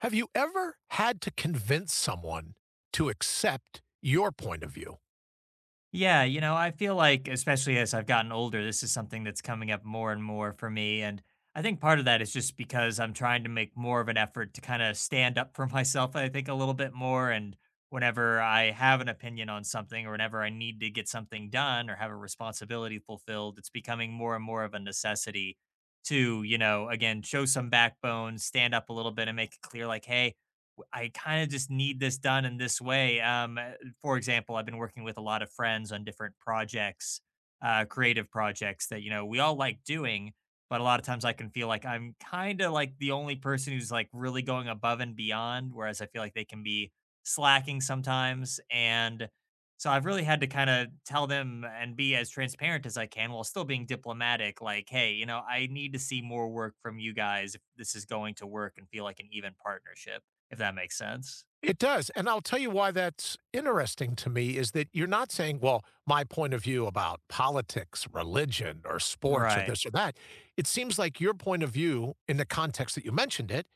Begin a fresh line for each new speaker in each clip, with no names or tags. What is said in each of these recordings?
Have you ever had to convince someone to accept your point of view?
Yeah, you know, I feel like, especially as I've gotten older, this is something that's coming up more and more for me. And I think part of that is just because I'm trying to make more of an effort to kind of stand up for myself, I think, a little bit more. And whenever I have an opinion on something or whenever I need to get something done or have a responsibility fulfilled, it's becoming more and more of a necessity to, you know, again, show some backbone, stand up a little bit and make it clear, like, hey, I kind of just need this done in this way. For example, I've been working with a lot of friends on different projects, creative projects that, you know, we all like doing, but a lot of times I can feel like I'm kind of like the only person who's like really going above and beyond, whereas I feel like they can be slacking sometimes. And so I've really had to kind of tell them and be as transparent as I can while still being diplomatic. Like, hey, you know, I need to see more work from you guys if this is going to work and feel like an even partnership. If that makes sense.
It does. And I'll tell you why that's interesting to me is that you're not saying, well, my point of view about politics, religion, or sports, or
Right.
this or that. It seems like your point of view, in the context that you mentioned it,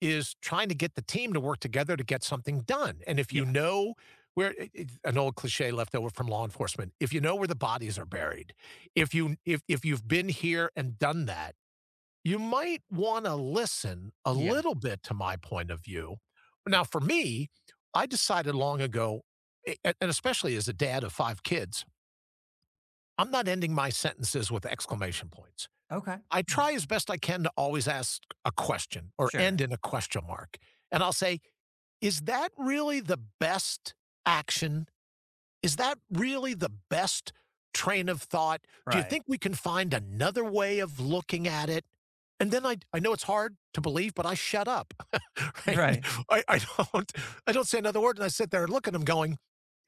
is trying to get the team to work together to get something done. And if you
Yeah.
know where an old cliche left over from law enforcement, if you know where the bodies are buried, if you've been here and done that, you might want to listen a
Yeah.
little bit to my point of view. Now, for me, I decided long ago, and especially as a dad of five kids, I'm not ending my sentences with exclamation points.
Okay.
I try as best I can to always ask a question or end
Sure.
in a question mark. And I'll say, is that really the best action is that really the best train of thought? Do you
Right.
think we can find another way of looking at it? And then I know it's hard to believe, but I shut up. Right?
Right.
I, I don't I don't say another word, and I sit there and look at him, going,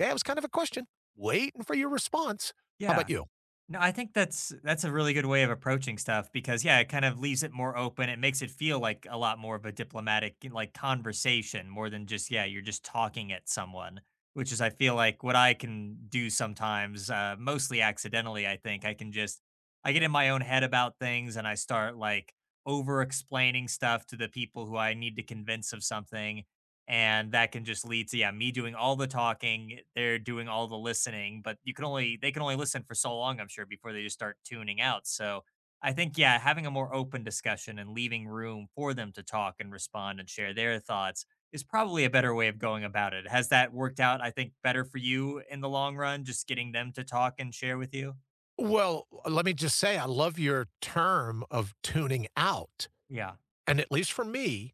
"Yeah, it was kind of a question, waiting for your response." How about
Yeah.
you?
No, I think that's a really good way of approaching stuff because yeah, it kind of leaves it more open. It makes it feel like a lot more of a diplomatic like conversation more than just yeah, you're just talking at someone, which is I feel like what I can do sometimes mostly accidentally, I think. I can just I get in my own head about things and I start like over explaining stuff to the people who I need to convince of something, and that can just lead to, yeah, me doing all the talking, they're doing all the listening, but you can only they can only listen for so long, I'm sure, before they just start tuning out. So I think, yeah, having a more open discussion and leaving room for them to talk and respond and share their thoughts is probably a better way of going about it. Has that worked out, I think, better for you in the long run, just getting them to talk and share with you?
Well, let me just say, I love your term of tuning out,
Yeah.
and at least for me,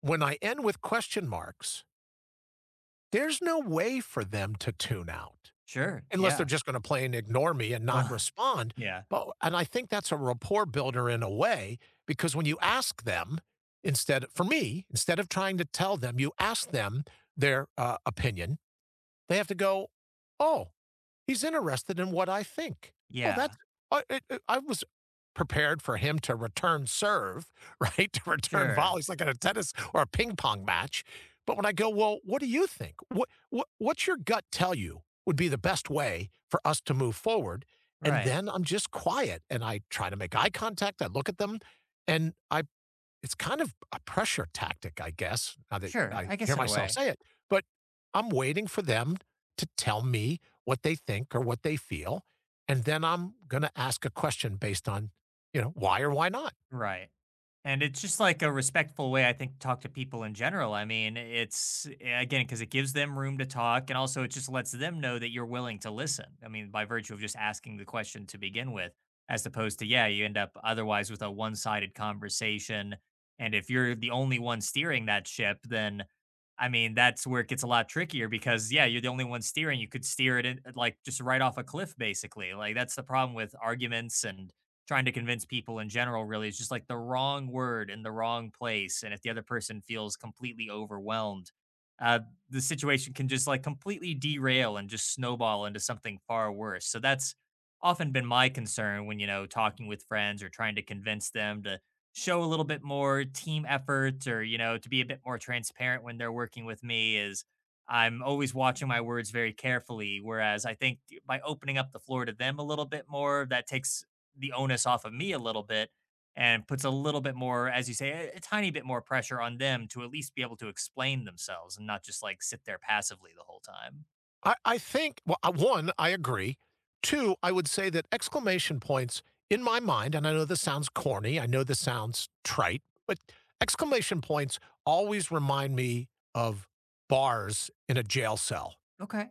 when I end with question marks, there's no way for them to tune out.
Sure,
Unless they're
yeah.
just gonna play and ignore me and not
Well,
respond,
yeah.
but and I think that's a rapport builder in a way, because when you ask them instead of trying to tell them, you ask them their, opinion, they have to go, "Oh. He's interested in what I think." Oh,
Yeah.
that's I was prepared for him to return serve, right? To return
Sure.
volleys like in a tennis or a ping pong match. But when I go, "Well, what do you think? What's your gut tell you would be the best way for us to move forward?" And
Right.
then I'm just quiet, and I try to make eye contact, I look at them, and I it's kind of a pressure tactic, I guess, now that
Sure,
I
I
hear
guess in a
myself
way.
say it, but I'm waiting for them to tell me what they think or what they feel, and then I'm gonna ask a question based on, you know, why or why not.
Right. And it's just like a respectful way, I think, to talk to people in general. I mean, again, because it gives them room to talk. And also, it just lets them know that you're willing to listen. I mean, by virtue of just asking the question to begin with, as opposed to, yeah, you end up otherwise with a one sided conversation. And if you're the only one steering that ship, then I mean, that's where it gets a lot trickier because, yeah, you're the only one steering. You could steer it in, like just right off a cliff, basically. Like, that's the problem with arguments and trying to convince people in general, really, is just like the wrong word in the wrong place. And if the other person feels completely overwhelmed, uh, the situation can just like completely derail and just snowball into something far worse. So that's often been my concern when, you know, talking with friends or trying to convince them to show a little bit more team effort, or, you know, to be a bit more transparent when they're working with me. Is, I'm always watching my words very carefully, whereas I think by opening up the floor to them a little bit more, that takes the onus off of me a little bit and puts a little bit more, as you say, a tiny bit more pressure on them to at least be able to explain themselves and not just like sit there passively the whole time.
I think well, 1, I agree. 2, I would say that exclamation points in my mind, and I know this sounds corny, I know this sounds trite, but exclamation points always remind me of bars in a jail cell.
Okay.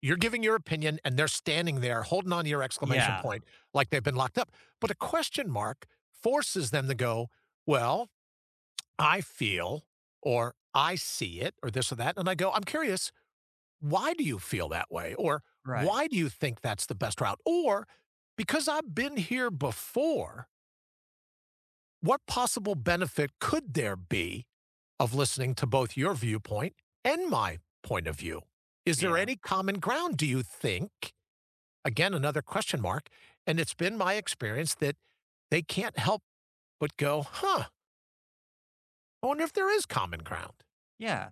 You're giving your opinion, and they're standing there holding on to your exclamation
Yeah.
point like they've been locked up. But a question mark forces them to go, well, I feel, or I see it, or this or that. And I go, I'm curious, why do you feel that way? Or
Right.
why do you think that's the best route? Or because I've been here before, what possible benefit could there be of listening to both your viewpoint and my point of view? Is there
Yeah.
any common ground, do you think? Again, another question mark. And it's been my experience that they can't help but go, huh, I wonder if there is common ground.
Yeah,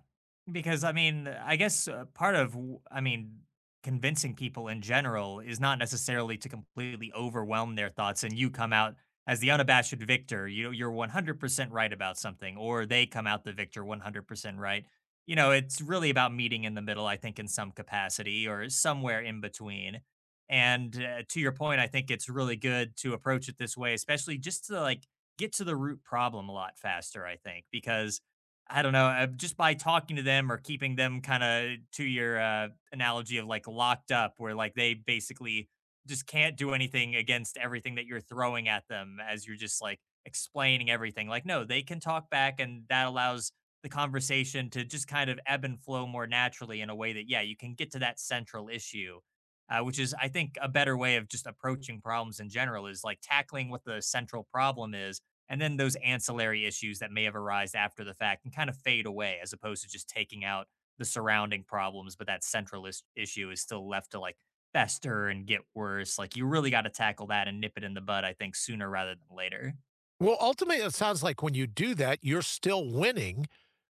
because I mean, I guess part of I mean, convincing people in general is not necessarily to completely overwhelm their thoughts and you come out as the unabashed victor. You know, you're 100% right about something or they come out the victor 100% right. You know, it's really about meeting in the middle, I think, in some capacity or somewhere in between. And to your point, I think it's really good to approach it this way, especially just to like get to the root problem a lot faster, I think, because I don't know, just by talking to them or keeping them kind of to your analogy of like locked up, where like they basically just can't do anything against everything that you're throwing at them as you're just like explaining everything. Like, no, they can talk back, and that allows the conversation to just kind of ebb and flow more naturally in a way that, yeah, you can get to that central issue, which is, I think, a better way of just approaching problems in general, is like tackling what the central problem is and then those ancillary issues that may have arisen after the fact can kind of fade away, as opposed to just taking out the surrounding problems but that central issue is still left to like fester and get worse. Like, you really got to tackle that and nip it in the bud, I think, sooner rather than later.
Well, ultimately, it sounds like when you do that, you're still winning.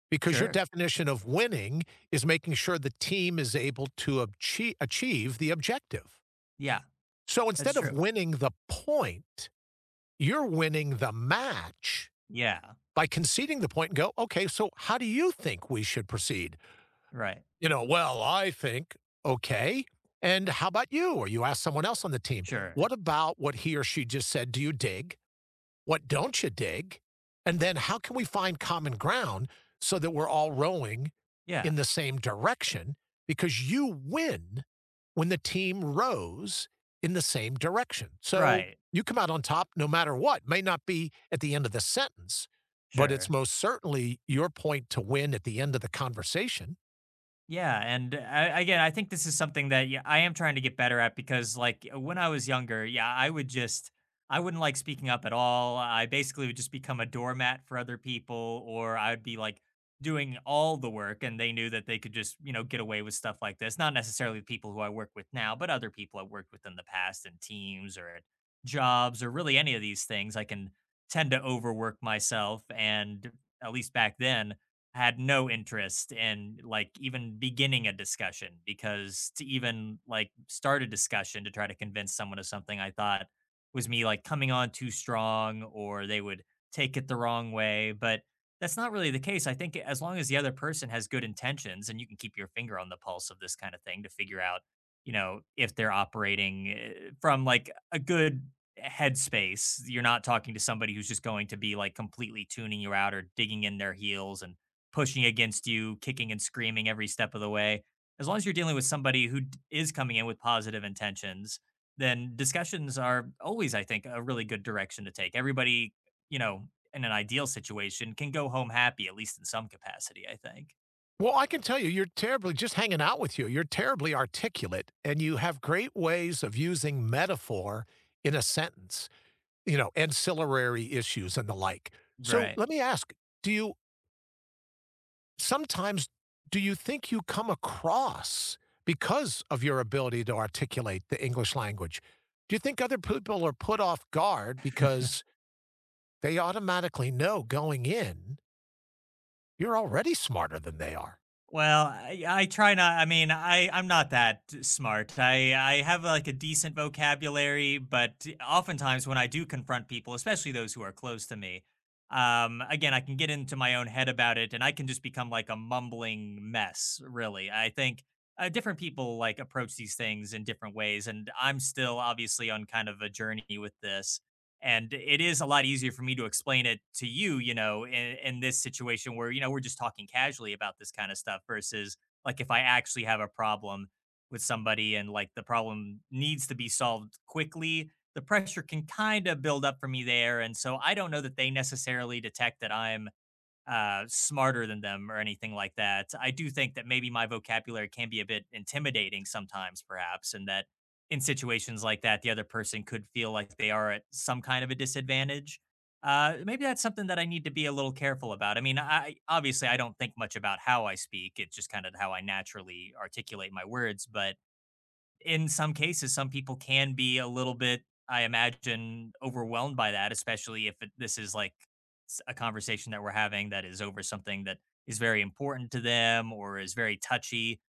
Because your
Sure.
definition of winning is making sure the team is able to achieve the objective.
Yeah.
So
That's
instead of
true.
winning the point, you're winning the match
Yeah.
by conceding the point and go, okay, so how do you think we should proceed?
Right.
You know, well, I think, okay. And how about you? Or you ask someone else on the team,
Sure.
what about what he or she just said? Do you dig? What don't you dig? And then how can we find common ground so that we're all rowing
Yeah.
in the same direction? Because you win when the team rows in the same direction. So
Right.
you come out on top no matter what. May not be at the end of the sentence, but it's
Sure.
most certainly your point to win at the end of the conversation.
Yeah, and I, again, I think this is something that, yeah, I am trying to get better at because, like, when I was younger, yeah, I wouldn't like speaking up at all. I basically would just become a doormat for other people, or I'd be like doing all the work, and they knew that they could just, you know, get away with stuff like this. Not necessarily the people who I work with now, but other people I worked with in the past in teams or at jobs or really any of these things. I can tend to overwork myself, and at least back then had no interest in like even beginning a discussion, because to even like start a discussion to try to convince someone of something, I thought was me like coming on too strong, or they would take it the wrong way. But that's not really the case. I think as long as the other person has good intentions and you can keep your finger on the pulse of this kind of thing to figure out, you know, if they're operating from like a good headspace, you're not talking to somebody who's just going to be like completely tuning you out or digging in their heels and pushing against you, kicking and screaming every step of the way. As long as you're dealing with somebody who is coming in with positive intentions, then discussions are always, I think, a really good direction to take. Everybody, you know, in an ideal situation can go home happy, at least in some capacity, I think.
Well, I can tell you, you're terribly, just hanging out with you, you're terribly articulate and you have great ways of using metaphor in a sentence. You know, ancillary issues and the like. So
Right.
let me ask, do you sometimes do you think you come across because of your ability to articulate the English language? Do you think other people are put off guard because they automatically know going in, you're already smarter than they are?
Well, I try not. I mean, I I'm not that smart. I have like a decent vocabulary, but oftentimes when I do confront people, especially those who are close to me, again, I can get into my own head about it, and I can just become like a mumbling mess. Really, I think different people like approach these things in different ways, and I'm still obviously on kind of a journey with this. And it is a lot easier for me to explain it to you, you know, in this situation where, you know, we're just talking casually about this kind of stuff versus like if I actually have a problem with somebody and like the problem needs to be solved quickly, the pressure can kind of build up for me there. And so I don't know that they necessarily detect that I'm smarter than them or anything like that. I do think that maybe my vocabulary can be a bit intimidating sometimes, perhaps, and that in situations like that, the other person could feel like they are at some kind of a disadvantage. Maybe that's something that I need to be a little careful about. I mean, I don't think much about how I speak; it's just kind of how I naturally articulate my words. But in some cases, some people can be a little bit, I imagine, overwhelmed by that, especially if it, this is like a conversation that we're having that is over something that is very important to them or is very touchy.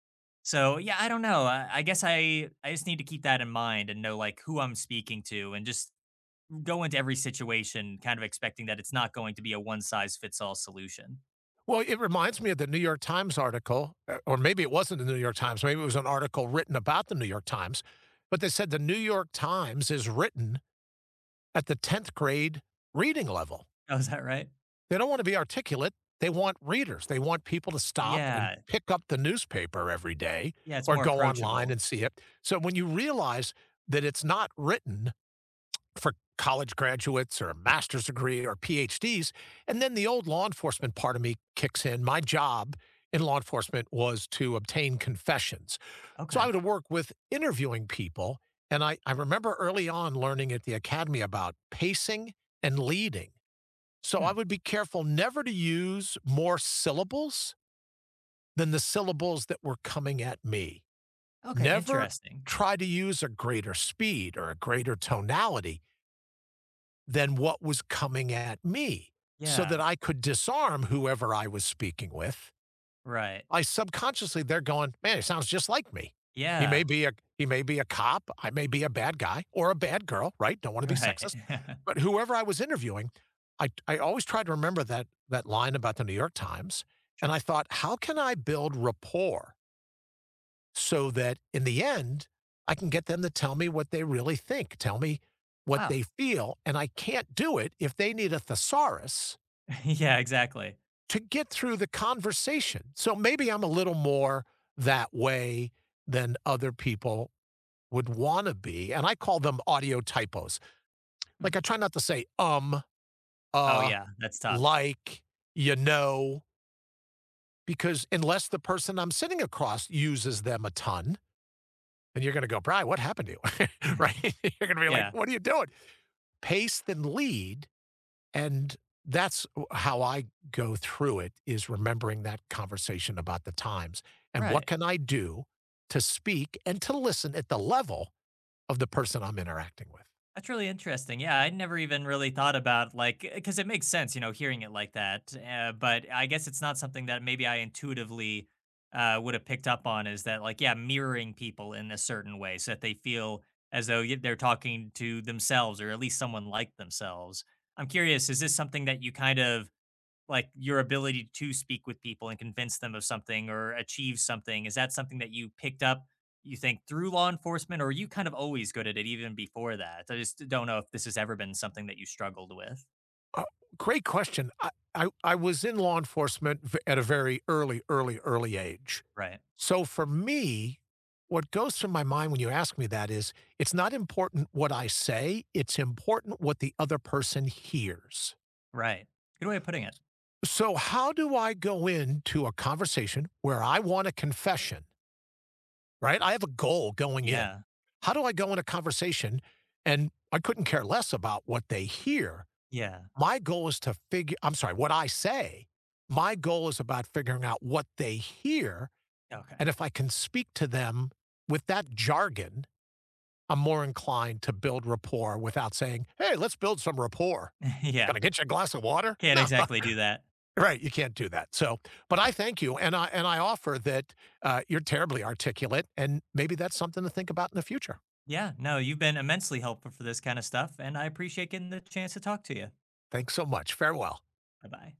So yeah, I don't know. I guess I just need to keep that in mind and know like who I'm speaking to and just go into every situation kind of expecting that it's not going to be a one size fits all solution.
Well, it reminds me of the New York Times article, or maybe it wasn't the New York Times, maybe it was an article written about the New York Times, but they said the New York Times is written at the 10th grade reading level.
Oh, is that right?
They don't want to be articulate. They want readers. They want people to stop and
Yeah.
pick up the newspaper every day
Yeah, it's
or
more
go online
approachable.
and see it. So when you realize that it's not written, for college graduates or a master's degree or PhDs. And then the old law enforcement part of me kicks in. My job in law enforcement was to obtain confessions. So I
Okay.
would work with interviewing people. And I remember early on learning at the academy about pacing and leading. So I
Hmm.
would be careful never to use more syllables than the syllables that were coming at me.
Okay,
Never
interesting.
try to use a greater speed or a greater tonality than what was coming at me so
Yeah.
that I could disarm whoever I was speaking with.
Right.
I subconsciously they're going, man, it sounds just like me. He may
Yeah.
be a he may be a cop, I may be a bad guy or a bad girl, right? Don't want to be
Right.
sexist. But whoever I was interviewing, I always tried to remember that that line about the New York Times and
Sure.
I thought, how can I build rapport so that in the end, I can get them to tell me what they really think, tell me what
Wow.
they feel. And I can't do it if they need a thesaurus
Yeah, exactly.
to get through the conversation. So maybe I'm a little more that way than other people would want to be. And I call them audio typos.
Hmm.
Like I try not to say,
Oh,
uh,
yeah, that's tough.
like, you know, because unless the person I'm sitting across uses them a ton, and you're gonna go, "Brian, what happened to you?" Right? You're gonna be like,
Yeah,
"What are you doing?" Pace then lead. And that's how I go through it is remembering that conversation about the times and what
right.
can I do to speak and to listen at the level of the person I'm interacting with.
That's really interesting. Yeah, I never even really thought about like because it makes sense, you know, hearing it like that, but I guess it's not something that maybe I intuitively, would have picked up on, is that, like, yeah, mirroring people in a certain way so that they feel as though y they're talking to themselves or at least someone like themselves. I'm curious, is this something that you kind of like your ability to speak with people and convince them of something or achieve something? Is that something that you picked up, you think, through law enforcement, or are you kind of always good at it even before that? I just don't know if this has ever been something that you struggled with.
Uh, great question. I was in law enforcement at a very early age.
Right.
So for me, what goes through my mind when you ask me that is it's not important what I say, it's important what the other person hears.
Right. Good way of putting it.
So, how do I go into a conversation where I want a confession, right? I have a goal going in.
Yeah.
How do I go in a conversation and I couldn't care less about what they hear?
Yeah.
My goal is to figure I'm sorry, what I say, My goal is about figuring out what they hear, and
Okay.
if I can speak to them with that jargon, I'm more inclined to build rapport without saying, "Hey, let's build some rapport. Can
Yeah.
I get you a glass of water?"
Can't
No,
exactly do that.
right, you can't do that. So, but I thank you, and I offer that, you're terribly articulate, and maybe that's something to think about in the future.
Yeah. No, you've been immensely helpful for this kind of stuff, and I appreciate getting the chance to talk to you.
Thanks so much. Farewell.
Bye bye.